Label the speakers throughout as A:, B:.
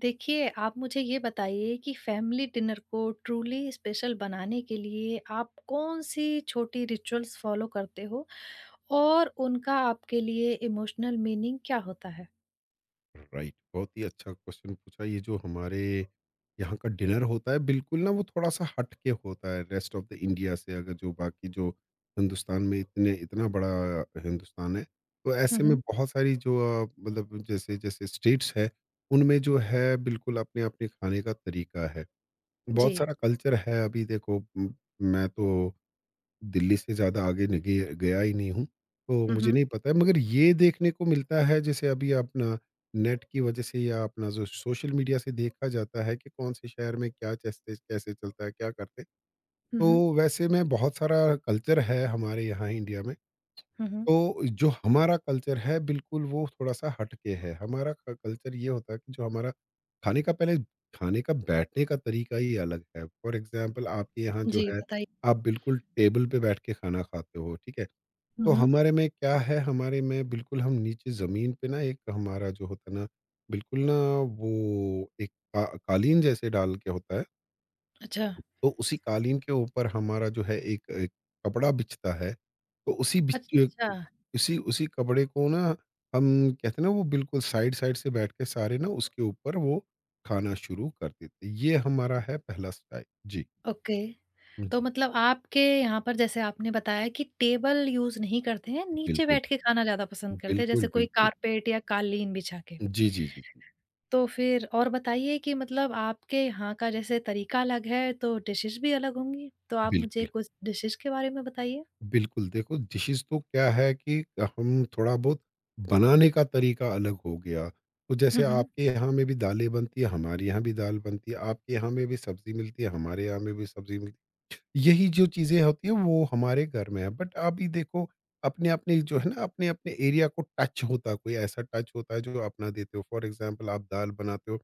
A: देखिए, आप मुझे ये बताइए कि फैमिली डिनर को ट्रूली स्पेशल बनाने के लिए आप कौन-सी छोटी रिचुअल्स फ़ॉलो करते हो और उनका आपके लिए इमोशनल मीनिंग क्या होता है?
B: राइट, बहुत ही अच्छा क्वेश्चन पूछा। ये जो हमारे यहाँ का डिनर होता है बिल्कुल ना, वो थोड़ा सा हट के होता है रेस्ट ऑफ द इंडिया से। अगर जो बाकी जो हिंदुस्तान में इतने इतना बड़ा हिंदुस्तान है, तो
A: हुँ,
B: ऐसे में
A: हुँ।
B: बहुत सारी जो मतलब जैसे जैसे स्टेट्स है उनमें जो है बिल्कुल अपने अपने खाने का तरीका है। बहुत
A: जी।
B: सारा कल्चर है। अभी देखो, मैं तो दिल्ली से ज़्यादा आगे नहीं गया गया ही नहीं हूँ, तो
A: हुँ,
B: मुझे
A: हुँ।
B: नहीं पता है। मगर ये देखने को मिलता है जैसे अभी अपना नेट की वज़ह से या अपना जो सोशल मीडिया से देखा जाता है कि कौन से शहर में क्या चस्ते कैसे चलता है, क्या करते हैं।
A: हुँ, हुँ।
B: तो वैसे में बहुत सारा कल्चर है हमारे यहाँ इंडिया में।
A: हुँ, हुँ।
B: तो जो हमारा कल्चर है बिल्कुल वो थोड़ा-सा हट के है। हमारा क कल्चर ये होता है कि जो हमारा खाने का पहले खाने का बैठने का तरीका ही अलग है। फॉर एग्ज़ाम्पल आपके यहाँ जो
A: जी,
B: है,
A: बताइए।
B: आप बिल्कुल टेबल पे बैठ के खाना खाते हो, ठीक है?
A: हुँ,
B: तो
A: हुँ।
B: हमारे में क्या है, हमारे में बिल्कुल हम नीचे ज़मीन पे ना एक हमारा जो होता है ना, बिल्कुल ना वो एक का कालीन जैसे डाल के होता है।
A: अच्छा।
B: तो उसी कालीन के ऊपर हमारा जो है एक एक कपड़ा बिछता है, तो
A: अच्छा,
B: उसी उसी कपड़े को ना हम कहते हैं ना, वो बिल्कुल साइड-साइड से बैठ के सारे ना उसके ऊपर वो खाना शुरू कर देते हैं। ये हमारा है पहला स्टाइल। जी।
A: ओके। तो
B: जी।
A: मतलब आपके यहाँ पर जैसे आपने बताया कि टेबल यूज़ नहीं करते हैं, नीचे
B: बिल्कुल,
A: बैठ के खाना ज़्यादा पसंद करते हैं,
B: बिल्कुल,
A: जैसे कोई
B: बिल्कुल।
A: कारपेट या कालीन बिछा के।
B: जी, जी, जी, जी।
A: तो फिर और बताइए कि मतलब आपके यहाँ का जैसे तरीका अलग है, तो डिशेज़ भी अलग होंगी? तो आप मुझे
B: बिल्कुल।
A: कुछ डिशेज़ के बारे में बताइए?
B: बिल्कुल, देखो, डिशेज़ तो क्या है कि हम थोड़ा बहुत बनाने का तरीका अलग हो गया। तो जैसे
A: हुँ, हुँ।
B: आपके यहाँ में भी दालें बनती है, हमारे यहाँ भी दाल बनती है, आपके यहाँ में भी सब्ज़ी मिलती है, हमारे यहाँ में भी सब्ज़ी मिलती है। यही जो चीज़ें होती हैं वो हमारे घर में है। बट अभी देखो, अपने-अपने जो है ना अपने-अपने एरिया को टच होता है, कोई ऐसा टच होता है जो अपना देते हो। फ़ॉर एग्ज़ाम्पल आप दाल बनाते हो,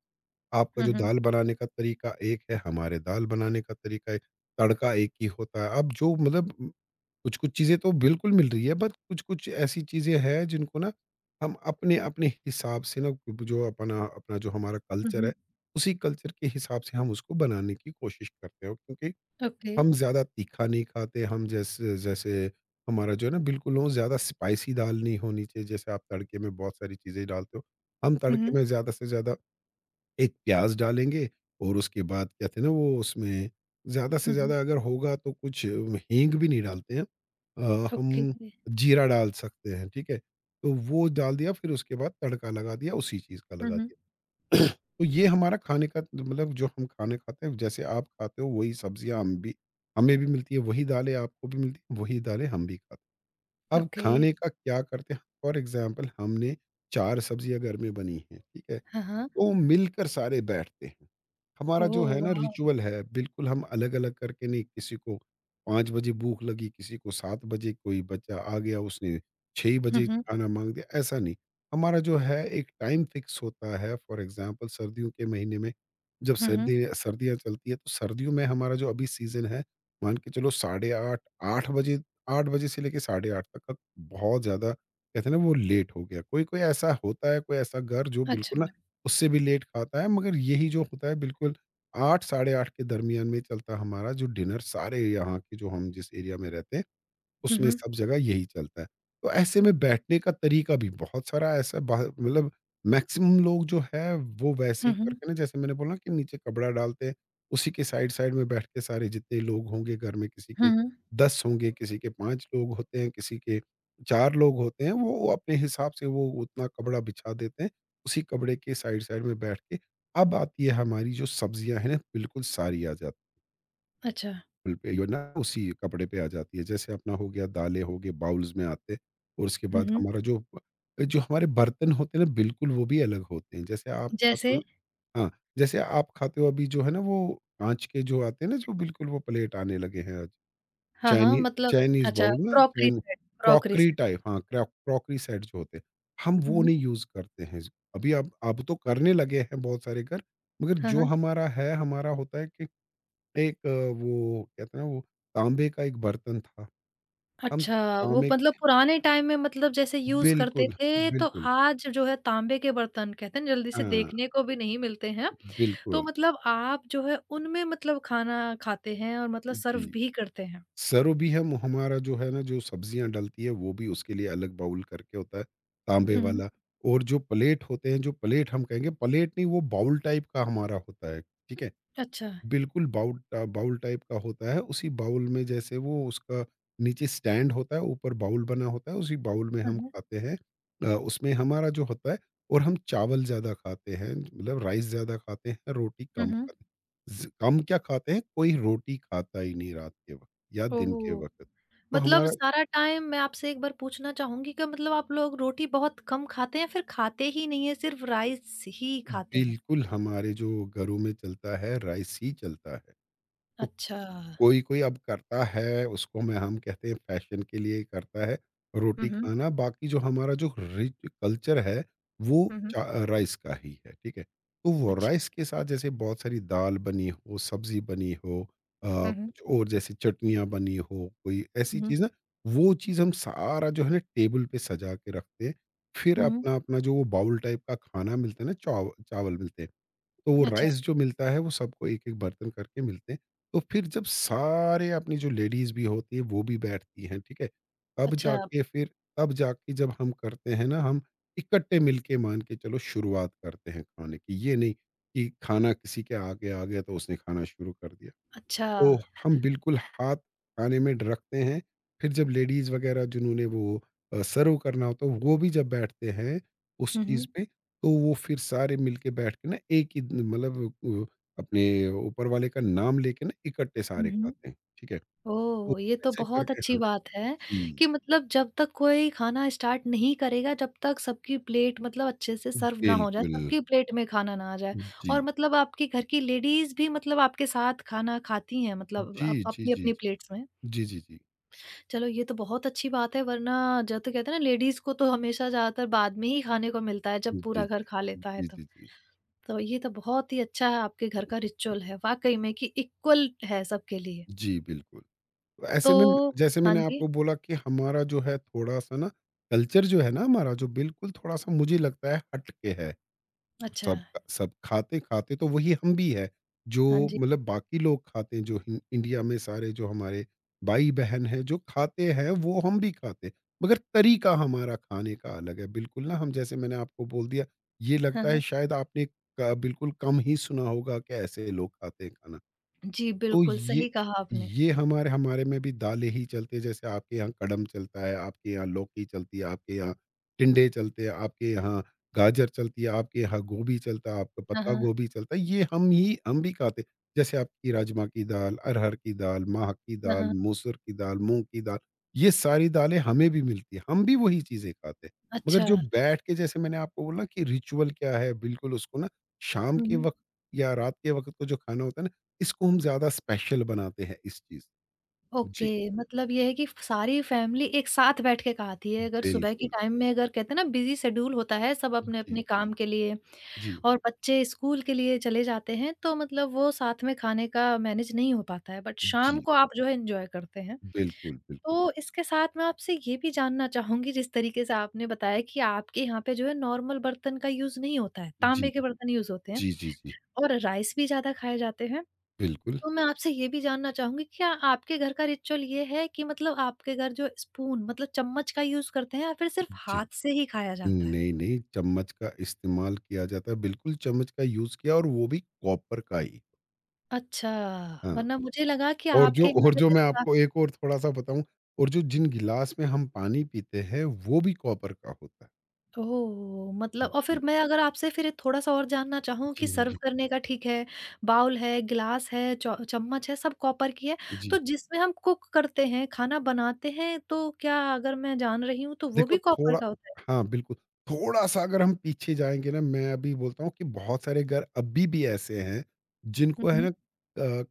B: आपका
A: हुँ,
B: जो
A: हुँ।
B: दाल बनाने का तरीका एक है, हमारे दाल बनाने का तरीका एक, तड़का एक ही होता है। अब जो मतलब कुछ-कुछ चीज़ें तो बिल्कुल मिल रही है, बट कुछ-कुछ ऐसी चीज़ें हैं जिनको ना हम अपने-अपने हिसाब से ना कि जो अपना अपना जो हमारा
A: हुँ,
B: कल्चर है,
A: हुँ।
B: उसी कल्चर के हिसाब से हम उसको बनाने की कोशिश करते हैं। क्योंकि
A: ओके।
B: हम ज़्यादा तीखा नहीं खाते, हम जैसे जैसे हमारा जो है ना बिल्कुल वो ज़्यादा स्पाइसी दाल नहीं होनी चाहिए, जैसे आप तड़के में बहुत सारी चीज़ें डालते हो। हम
A: हुँ,
B: तड़के
A: हुँ।
B: में ज़्यादा से ज़्यादा एक प्याज़ डालेंगे और उसके बाद कहते हैं ना वो उसमें ज़्यादा से
A: हुँ, हुँ।
B: ज़्यादा अगर होगा तो कुछ हींग भी नहीं डालते हैं।
A: ओके।
B: हम जीरा डाल सकते हैं, ठीक है? तो वो डाल दिया, फिर उसके बाद तड़का लगा दिया उसी चीज़ का
A: हुँ,
B: लगा
A: हुँ।
B: दिया। तो ये हमारा खाने का मतलब जो हम खाने खाते हैं जैसे आप खाते हो वही सब्ज़ियाँ हम भी हमें भी मिलती है, वही दालें आपको भी मिलती है, वही दालें हम भी खाते हैं। अब
A: ओके।
B: खाने का क्या करते हैं, फॉर एग्ज़ाम्पल हमने 4 सब्ज़ियाँ घर में बनी हैं, ठीक है?
A: हाँ, हाँ।
B: तो मिलकर सारे बैठते हैं। हमारा जो
A: ओह
B: है ना
A: वाओ!
B: रिचुअल है बिल्कुल, हम अलग-अलग करके नहीं, किसी को 5 बजे भूख लगी, किसी को 7 बजे, कोई बच्चा आ गया उसने 6
A: हुँ,
B: बजे
A: हुँ।
B: खाना माँग दिया, ऐसा नहीं। हमारा जो है एक टाइम फिक्स होता है। फॉर एग्ज़ाम्पल सर्दियों के महीने में जब
A: हुँ, हुँ।
B: सर्दी सर्दियाँ चलती है, तो सर्दियों में हमारा जो अभी सीज़न है मान के चलो साढ़े 8, 8 बजे 8 बजे से लेके साढ़े 8 तक का। बहुत ज़्यादा कहते हैं ना वो लेट हो गया। कोई-कोई ऐसा होता है, कोई ऐसा घर जो
A: अच्छा।
B: बिल्कुल ना उससे भी लेट खाता है, मगर यही जो होता है बिल्कुल 8 साढ़े 8 के दरमियान में चलता है हमारा जो डिनर, सारे यहाँ के जो हम जिस एरिया में रहते हैं
A: हुँ,
B: उसमें
A: हुँ।
B: सब जगह यही चलता है। तो ऐसे में बैठने का तरीका भी बहुत सारा ऐसा बाह मतलब मैक्सिमम लोग जो है वो वैसे
A: हुँ,
B: ही
A: हुँ।
B: करके ना जैसे मैंने बोला कि नीचे कपड़ा डालते हैं, उसी के साइड-साइड में बैठ के सारे जितने लोग होंगे घर में, किसी
A: हुँ,
B: के
A: हुँ।
B: 10 होंगे, किसी के 5 लोग होते हैं, किसी के 4 लोग होते हैं, वो अपने हिसाब से वो उतना कपड़ा बिछा देते हैं, उसी कपड़े के साइड-साइड में बैठ के। अब आती है हमारी जो सब्जियाँ हैं ना, बिल्कुल सारी आ जाती
A: अच्छा।
B: बिल पे यो ना उसी कपड़े पे आ जाती है। जैसे अपना हो गया, दालें हो गई बाउल्स में आते और उसके
A: हुँ,
B: बाद
A: हुँ।
B: हमारा जो जो हमारे बर्तन होते हैं ना, बिल्कुल वो भी अलग होते हैं। जैसे आप
A: जैसे?
B: खाते हो, हाँ, जैसे आप खाते हो अभी जो है ना वो काँच के जो आते हैं ना, जो बिल्कुल वो प्लेट आने लगे हैं आज।
A: हाँ, हाँ,
B: चाइनी
A: मतलब
B: चाइनीज़
A: अच्छा,
B: बाउल ना
A: crockery
B: china
A: set crockery
B: crockery
A: set.
B: Type, हाँ, क्रा क्रॉकरी सेट जो होते हैं, हम
A: हुँ,
B: वो
A: हुँ।
B: नहीं यूज़ करते हैं। अभी अब तो करने लगे हैं बहुत सारे घर, मगर
A: हाँ,
B: जो
A: हाँ।
B: हमारा है, हमारा होता है कि एक वो कहते हैं ना वो तांबे का एक बर्तन था। हम
A: अच्छा, वो
B: तांबे
A: मतलब
B: के
A: पुराने टाइम में मतलब जैसे यूज़ करते
B: बिल्कुल,
A: थे, तो
B: बिल्कुल।
A: आज जो है तांबे के बर्तन कहते हैं ना जल्दी से
B: हाँ,
A: देखने को भी नहीं मिलते हैं। तो
B: बिल्कुल।
A: मतलब आप जो है उनमें मतलब खाना खाते हैं और मतलब
B: जी।
A: सर्व भी करते हैं।
B: सरो भी हम हमारा जो है ना जो सब्जियाँ डलती है वो भी उसके लिए अलग बाउल करके होता है, तांबे
A: हुँ, हुँ।
B: वाला। और जो प्लेट होते हैं, जो प्लेट, हम कहेंगे प्लेट नहीं, वो बाउल टाइप का हमारा होता है, ठीक है?
A: अच्छा।
B: बिल्कुल बाउल, बाउल टाइप का होता है। उसी बाउल में जैसे वो उसका नीचे स्टैंड होता है, ऊपर बाउल बना होता है, उसी बाउल में
A: हुँ,
B: हम
A: हुँ।
B: खाते हैं। उसमें हमारा जो होता है और हम चावल ज़्यादा खाते हैं, मतलब राइस ज़्यादा खाते हैं, रोटी
A: हुँ,
B: कम
A: हुँ।
B: खाते हैं। ज़ कम क्या खाते हैं, कोई रोटी खाता ही नहीं रात के वक़्त या दिन के
A: ओह!
B: वक़्त। तो
A: मतलब
B: हमारा
A: सारा टाइम मैं आपसे एक बार पूछना चाहूँगी कि मतलब आप लोग रोटी बहुत कम खाते हैं, फिर खाते ही नहीं हैं, सिर्फ राइस ही खाते हैं?
B: बिल्कुल हमारे जो घरों में चलता है, राइस ही चलता है। तो
A: अच्छा।
B: कोई कोई अब करता है, उसको मैं हम कहते हैं फैशन के लिए करता है
A: हुँ,
B: रोटी
A: हुँ।
B: खाना, बाकी जो हमारा जो रिच कल्चर है वो
A: हुँ, हुँ।
B: राइस का ही है, ठीक है? तो वो
A: अच्छा।
B: राइस के साथ जैसे बहुत सारी दाल बनी हो, सब्जी बनी हो,
A: हुँ, हुँ।
B: कुछ और जैसे चटनियाँ बनी हो, कोई
A: हुँ,
B: ऐसी
A: हुँ।
B: चीज़ ना, वो चीज़ हम सारा जो है ना टेबल पे सजा के रखते हैं। फिर
A: हुँ, हुँ।
B: अपना अपना जो वो बाउल टाइप का खाना मिलता है ना, चावल मिलते हैं, तो वो
A: अच्छा,
B: राइस जो मिलता है वो सबको एक-एक बर्तन करके मिलते हैं। तो फिर जब सारे अपनी जो लेडीज़ भी होती है वो भी बैठती हैं, ठीक है? तब
A: अच्छा।
B: जाके फिर तब जाके जब हम करते हैं ना, हम इकट्ठे मिलके मान के चलो शुरुआत करते हैं खाने की। ये नहीं कि खाना किसी के आगे आ गया तो उसने खाना शुरू कर दिया।
A: अच्छा।
B: तो हम बिल्कुल हाथ खाने में रखते हैं, फिर जब लेडीज़ वग़ैरह जिन्होंने वो सर्व करना होता है, वो भी जब बैठते हैं उस
A: हुँ,
B: चीज़
A: हुँ।
B: पे, तो वो फिर सारे मिलके बैठ के ना मतलब अ, अपने ऊपर वाले का नाम लेके ना इकट्ठे
A: हुँ,
B: सारे
A: हुँ।
B: खाते हैं, ठीक है? तो
A: ओह! ये तो
B: ऐसे
A: बहुत
B: करके,
A: अच्छी
B: हाँ,
A: बात है
B: जी,
A: कि मतलब जब तक कोई खाना स्टार्ट नहीं करेगा, जब तक सबकी प्लेट मतलब अच्छे से सर्व ना हो जाए,
B: बिल्कुल।
A: सबकी प्लेट में खाना ना आ जाए।
B: जी।
A: और मतलब आपके घर की लेडीज़ भी मतलब आपके साथ खाना खाती हैं मतलब
B: जी,
A: अप
B: जी, जी,
A: अपनी-अपनी
B: जी।
A: प्लेट्स में।
B: जी, जी, जी।
A: चलो ये तो बहुत अच्छी बात है वरना जो तो कहते हैं ना लेडीज़ को तो हमेशा ज़्यादातर बाद में ही खाने को मिलता है जब
B: जी, जी।
A: पूरा घर खा लेता है
B: जी,
A: तब।
B: जी, जी।
A: तो ये तो बहुत ही अच्छा है, आपके घर का रिचुअल है वाक़ई में कि इक्वल है सबके लिए।
B: जी, बिल्कुल। ऐसे में
A: तो
B: जैसे
A: हाँ
B: मैंने
A: जी।
B: आपको बोला कि हमारा जो है थोड़ा-सा ना कल्चर, जो है ना हमारा, जो बिल्कुल थोड़ा-सा मुझे लगता है हट के है।
A: अच्छा।
B: सब सब खाते-खाते तो वही हम भी है, जो
A: हाँ जी।
B: मतलब बाकी लोग खाते हैं जो हि इंडिया में सारे जो हमारे भाई-बहन हैं जो खाते हैं वो हम भी खाते हैं। मगर तरीका हमारा खाने का अलग है। बिल्कुल ना, हम जैसे मैंने आपको बोल दिया, ये
A: हाँ,
B: लगता है
A: हाँ।
B: शायद आपने क बिल्कुल कम ही सुना होगा कि ऐसे लोग खाते हैं खाना।
A: जी,
B: तो
A: बिल्कुल सही कहा आपने।
B: ये हमारे हमारे में भी दालें ही चलती है जैसे आपके यहाँ कड़म चलता है, आपके यहाँ लौकी चलती है, आपके यहाँ टिंडे चलते हैं, आपके यहाँ गाजर चलती है, आपके यहाँ गोभी चलता है, आपका
A: हाँ,
B: पत्ता
A: हाँ।
B: गोभी चलता है, ये हम भी खाते हैं। जैसे आपकी राजमा की दाल, अरहर की दाल, माह की
A: हाँ,
B: दाल,
A: हाँ।
B: मसूर की दाल, मूँग की दाल, ये सारी दालें हमें भी मिलती हैं, हम भी वही चीज़ें खाते हैं। मगर
A: अच्छा।
B: जो बैठ के जैसे मैंने आपको बोला कि रिचुअल क्या है, बिल्कुल उसको ना शाम
A: हुँ,
B: के
A: हुँ।
B: वक़्त या रात के वक़्त को जो खाना होता है ना, इसको हम ज़्यादा स्पेशल बनाते हैं इस चीज़।
A: ओके,
B: जी,
A: मतलब ये है कि फ सारी फैमिली एक साथ बैठ के खाती है, अगर सुबह के
B: बिल्कुल।
A: टाइम में अगर कहते हैं ना बिज़ी शेड्यूल होता है, सब
B: जी,
A: अपने-अपने काम के लिए
B: जी,
A: और बच्चे स्कूल के लिए चले जाते हैं, तो मतलब वो साथ में खाने का मैनेज नहीं हो पाता है, बट शाम
B: जी,
A: को आप जो है एन्जॉय करते हैं।
B: बिल्कुल, बिल्कुल।
A: तो इसके साथ मैं आपसे ये भी जानना चाहूँगी जिस तरीके से आपने बताया कि आपके यहाँ पे जो है नॉर्मल बर्तन का यूज़ नहीं होता है,
B: जी,
A: तांबे के बर्तन यूज़ होते हैं
B: जी, जी, जी,
A: और राइस भी ज़्यादा खाए जाते हैं।
B: बिल्कुल।
A: तो मैं आपसे ये भी जानना चाहूँगी क्या आपके घर का रिचुअल ये है कि मतलब आपके घर जो स्पून मतलब चम्मच का यूज़ करते हैं या फिर सिर्फ़
B: जी,
A: हाथ से ही खाया जाता है?
B: नहीं, नहीं, चम्मच का इस्तेमाल किया जाता है, बिल्कुल चम्मच का यूज़ किया, और वो भी कॉपर का ही।
A: अच्छा,
B: हाँ,
A: वरना मुझे लगा कि आपके यहाँ
B: और जो
A: जैसे
B: मैं आपको
A: पुराने
B: एक और थोड़ा-सा बताऊँ, और जो जिन गिलास में हम पानी पीते हैं, वो भी कॉपर का होता है।
A: ओह! मतलब और फिर
B: जी,
A: मैं अगर आपसे फिर थोड़ा सा और जानना चाहूँ कि
B: जी,
A: सर्व
B: जी,
A: करने का ठीक है, बाउल है, ग्लास है, चौ चम्मच है, सब कॉपर की है।
B: जी।
A: तो जिसमें हम कुक करते हैं, खाना बनाते हैं, तो क्या अगर मैं जान रही हूँ तो वो
B: देखो,
A: भी कॉपर
B: थोड़ा
A: का होता है?
B: हाँ, बिल्कुल। थोड़ा-सा अगर हम पीछे जाएँगे ना, मैं अभी बोलता हूँ कि बहुत सारे घर अभी भी ऐसे हैं,
A: हुँ,
B: जिनको है
A: हुँ।
B: ना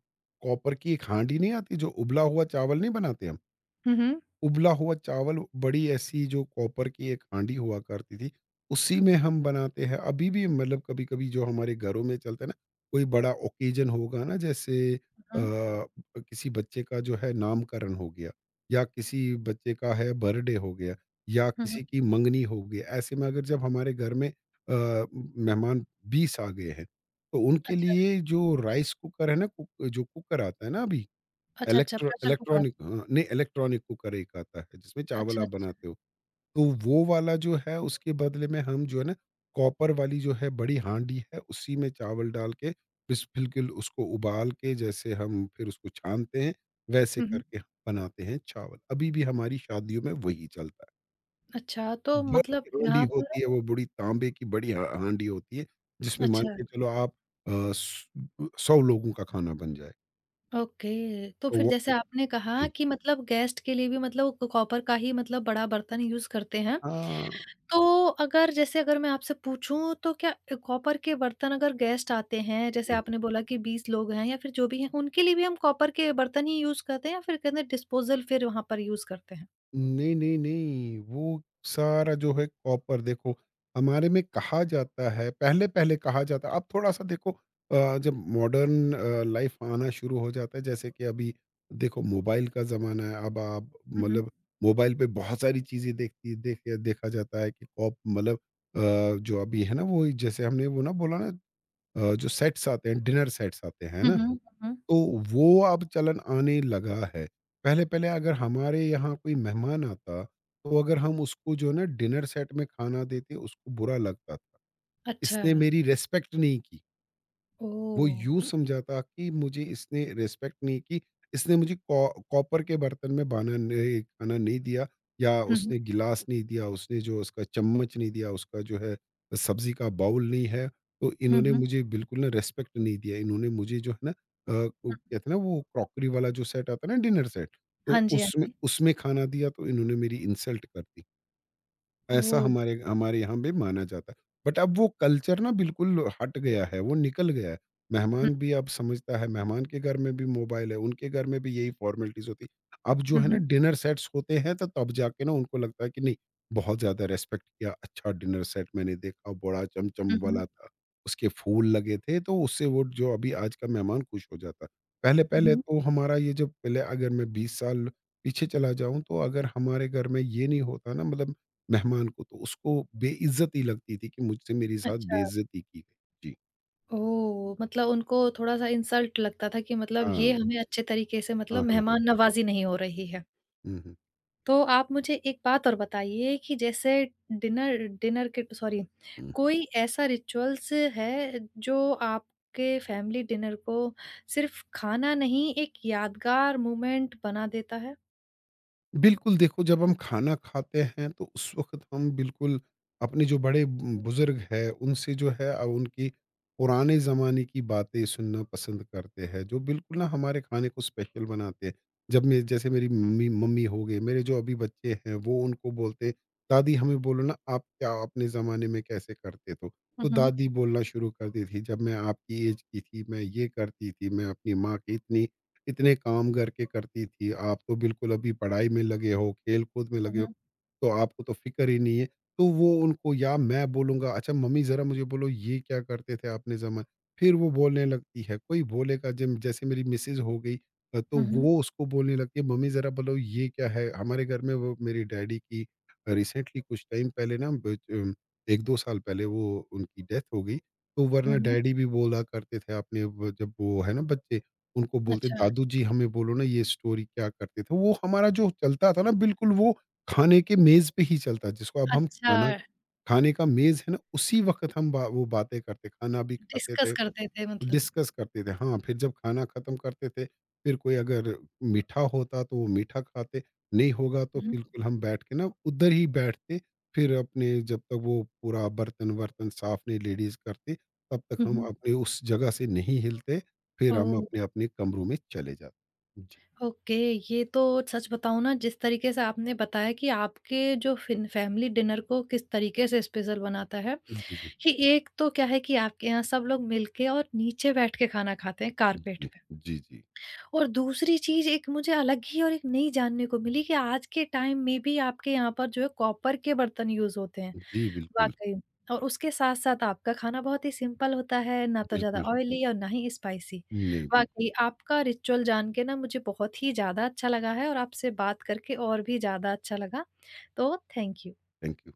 B: कॉपर की एक हांडी नहीं आती, जो उबला हुआ चावल नहीं बनाते हम?
A: हुँ, हुँ।
B: उबला हुआ चावल बड़ी ऐसी जो कॉपर की एक हांडी हुआ करती थी, उसी में हम बनाते हैं। अभी भी मतलब कभी-कभी जो हमारे घरों में चलता है ना, कोई बड़ा ओकेजन होगा ना, जैसे
A: हुँ,
B: किसी बच्चे का जो है नामकरण हो गया, या किसी बच्चे का है बर्थडे हो गया, या
A: हुँ, हुँ।
B: किसी की मंगनी हो गई। ऐसे में अगर जब हमारे घर में मेहमान 20 आ गए हैं, तो उनके
A: अच्छा,
B: लिए जो राइस कुकर है ना, कुक जो कुकर आता है ना अभी,
A: अच्छा, अच्छा
B: इलेक्ट्रो
A: प्रेशर कुकर।
B: इलेक्ट्रॉनिक, हाँ, नहीं, इलेक्ट्रॉनिक कुकर एक आता है जिसमें चावल
A: अच्छा,
B: आप
A: अच्छा।
B: बनाते हो। तो वो वाला जो है उसके बदले में हम जो है ना, कॉपर वाली जो है बड़ी हांडी है, उसी में चावल डाल के बिस बिल्कुल उसको उबाल के, जैसे हम फिर उसको छानते हैं, वैसे
A: हुँ, हुँ।
B: करके हम बनाते हैं चावल। अभी भी हमारी शादियों में वही चलता है।
A: अच्छा, तो मतलब
B: बड़ी हांडी
A: यहाँ पर
B: होती है, वो बड़ी तांबे की बड़ी हा हांडी होती है, जिसमें मान
A: अच्छा,
B: के चलो आप अ, स 100 लोगों का खाना बन जाए।
A: ओके। तो
B: तो
A: फिर
B: वो,
A: जैसे आपने कहा
B: जी।
A: कि मतलब गेस्ट के लिए भी मतलब कॉपर का ही मतलब बड़ा बर्तन यूज़ करते हैं।
B: हाँ।
A: तो अगर जैसे अगर मैं आपसे पूछूँ तो क्या कॉपर के बर्तन अगर गेस्ट आते हैं, जैसे
B: हुँ।
A: आपने बोला कि 20 लोग हैं या फिर जो भी हैं, उनके लिए भी हम कॉपर के बर्तन ही यूज़ करते हैं या फिर कहते हैं डिस्पोज़ल फिर वहाँ पर यूज़ करते हैं?
B: नहीं, नहीं, नहीं, वो सारा जो है कॉपर, देखो, हमारे में कहा जाता है, पहले-पहले कहा जाता है, अब थोड़ा-सा देखो, जब मॉडर्न लाइफ़ आना शुरू हो जाता है, जैसे कि अभी देखो मोबाइल का ज़माना है, अब आप
A: हुँ, हुँ।
B: मतलब मोबाइल पे बहुत सारी चीज़ें देखती देख देखा जाता है कि कॉप मतलब अ, जो अभी है ना, वो जैसे हमने वो ना बोला ना, जो सेट्स आते हैं, डिनर सेट्स आते हैं, है
A: हुँ,
B: ना?
A: हुँ, हुँ, हुँ।
B: तो वो अब चलन आने लगा है। पहले-पहले अगर हमारे यहाँ कोई मेहमान आता, तो अगर हम उसको जो है ना डिनर सेट में खाना देते, उसको बुरा लगता था।
A: अच्छा,
B: इसने मेरी रिस्पेक्ट नहीं की। वो
A: ओह!
B: यूँ समझा था कि मुझे इसने रिस्पेक्ट नहीं की, इसने मुझे कॉ कॉपर के बर्तन में बाना नहीं खाना नहीं दिया, या
A: हुँ, हुँ।
B: उसने गिलास नहीं दिया, उसने जो उसका चम्मच नहीं दिया, उसका जो है सब्ज़ी का बाउल नहीं है, तो
A: हुँ,
B: इन्होंने
A: हुँ।
B: मुझे बिल्कुल ना रिस्पेक्ट नहीं दिया। इन्होंने मुझे जो है ना, वो
A: हुँ।
B: कहते हैं ना, वो क्रॉकरी वाला जो सेट आता है ना, डिनर सेट, तो
A: हाँ जी, हाँ
B: उसमें
A: जी।
B: उसमें खाना दिया, तो इन्होंने मेरी इंसल्ट कर दी। ऐसा
A: ओह!
B: हमारे हमारे यहाँ भी माना जाता है। बट अब वो कल्चर ना बिल्कुल हट गया है, वो निकल गया है।
A: हुँ,
B: मेहमान भी अब समझता है, मेहमान के घर में भी मोबाइल है, उनके घर में भी यही फॉर्मेलिटीज़ होती है। अब जो
A: हुँ,
B: है ना
A: हुँ।
B: डिनर सेट्स होते हैं, तो तब जाके ना उनको लगता है कि नहीं, बहुत ज़्यादा रिस्पेक्ट किया, अच्छा डिनर सेट मैंने देखा, बड़ा चमचम
A: हुँ, हुँ।
B: वाला था, उसके फूल लगे थे, तो उससे वो जो अभी आज का मेहमान खुश हो जाता है।
A: हुँ,
B: पहले-पहले
A: हुँ।
B: तो हमारा ये जो पहले, अगर मैं 20 साल पीछे चला जाऊँ, तो अगर हमारे घर में ये नहीं होता ना मतलब, मेहमान को तो उसको बेइज़्ज़ती लगती थी कि मुझसे, मेरे साथ
A: अच्छा,
B: बेइज़्ज़ती की गई। जी।
A: ओह! मतलब उनको थोड़ा-सा इंसल्ट लगता था कि मतलब ये
B: हाँ।
A: हमें अच्छे तरीके से मतलब
B: हाँ, हाँ, हाँ।
A: मेहमान नवाज़ी नहीं हो रही है।
B: हुँ, हुँ।
A: तो आप मुझे एक बात और बताइए कि जैसे डिनर डिनर के सॉरी कोई ऐसा रिचुअल्स है जो आपके फैमिली डिनर को सिर्फ खाना नहीं एक यादगार मोमेंट बना देता है?
B: बिल्कुल, देखो जब हम खाना खाते हैं तो उस वक़्त हम बिल्कुल अपने जो बड़े बुज़ुर्ग हैं उनसे जो है, उनकी पुराने ज़माने की बातें सुनना पसंद करते हैं, जो बिल्कुल ना हमारे खाने को स्पेशल बनाते हैं। जब मैं, जैसे मेरी मम्मी मम्मी हो गई, मेरे जो अभी बच्चे हैं वो उनको बोलते हैं, "दादी हमें बोलो ना आप क्या अपने ज़माने में कैसे करते तो?"
A: हुँ,
B: तो
A: हुँ।
B: दादी बोलना शुरू कर दी थी, "जब मैं आपकी ऐज की थी, मैं ये करती थी, मैं अपनी माँ की इतनी इतने काम घर के करती थी, आप तो बिल्कुल अभी पढ़ाई में लगे हो, खेल कूद में
A: हुँ,
B: लगे हो,
A: हुँ।
B: तो आपको तो फिक्र ही नहीं है।" तो वो उनको, या मैं बोलूँगा, "अच्छा मम्मी ज़रा मुझे बोलो ये क्या करते थे अपने ज़माने।" फिर वो बोलने लगती है। कोई बोलेगा, जब जैसे मेरी मिसेज हो गई, तो
A: हुँ, हुँ।
B: वो उसको बोलने लगती है, "मम्मी ज़रा बोलो ये क्या है हमारे घर में।" वो मेरी डैडी की, रिसेंटली, कुछ टाइम पहले ना, एक दो साल पहले, वो उनकी डेथ हो गई। तो
A: हुँ,
B: वरना
A: हुँ।
B: डैडी भी बोला करते थे, अपने जब वो, है ना, बच्चे उनको बोलते,
A: अच्छा,
B: "दादू जी हमें बोलो ना ये स्टोरी क्या करते थे।" वो हमारा जो चलता था ना बिल्कुल, वो खाने के मेज़ पे ही चलता, जिसको अब हम
A: अच्छा
B: खाना खाने का मेज़ है ना, उसी वक़्त हम बा वो बातें करते, खाना भी खाते
A: डिस्कस
B: थे।
A: करते थे मतलब।
B: डिस्कस करते थे, हाँ, फिर जब खाना खत्म करते थे, फिर कोई अगर मीठा होता तो वो मीठा खाते, नहीं होगा तो
A: हुँ, हुँ।
B: बिल्कुल हम बैठ के ना उधर ही बैठते। फिर अपने जब तक वो पूरा बर्तन वर्तन साफ नहीं लेडीज करती, तब तक
A: हुँ,
B: हम
A: हुँ।
B: अपने उस जगह से नहीं हिलते। फिर हम
A: ओह!
B: अपने अपने कमरों में चले जाते। जी,
A: ओके, ये तो सच बताऊँ ना जिस तरीके से आपने बताया कि आपके जो फ़िन फैमिली डिनर को किस तरीके से स्पेशल बनाता है,
B: जी, जी,
A: कि एक तो क्या है कि आपके यहाँ सब लोग मिलके और नीचे बैठ के खाना खाते हैं कारपेट
B: जी,
A: पे।
B: जी, जी, जी,
A: और दूसरी चीज़ एक मुझे अलग ही और एक नई जानने को मिली कि आज के टाइम में भी आपके यहाँ पर जो है कॉपर के बर्तन यूज़ होते हैं।
B: जी। बिल्कुल,
A: वाक़ई। और उसके साथ-साथ आपका खाना बहुत ही सिंपल होता है, ना तो ज़्यादा
B: बिल्कुल,
A: ऑयली और ना ही स्पाइसी।
B: नहीं, बिल्कुल।
A: वाक़ई आपका रिचुअल जान के ना मुझे बहुत ही ज़्यादा अच्छा लगा है और आपसे बात करके और भी ज़्यादा अच्छा लगा। तो थैंक यू।
B: Thank you.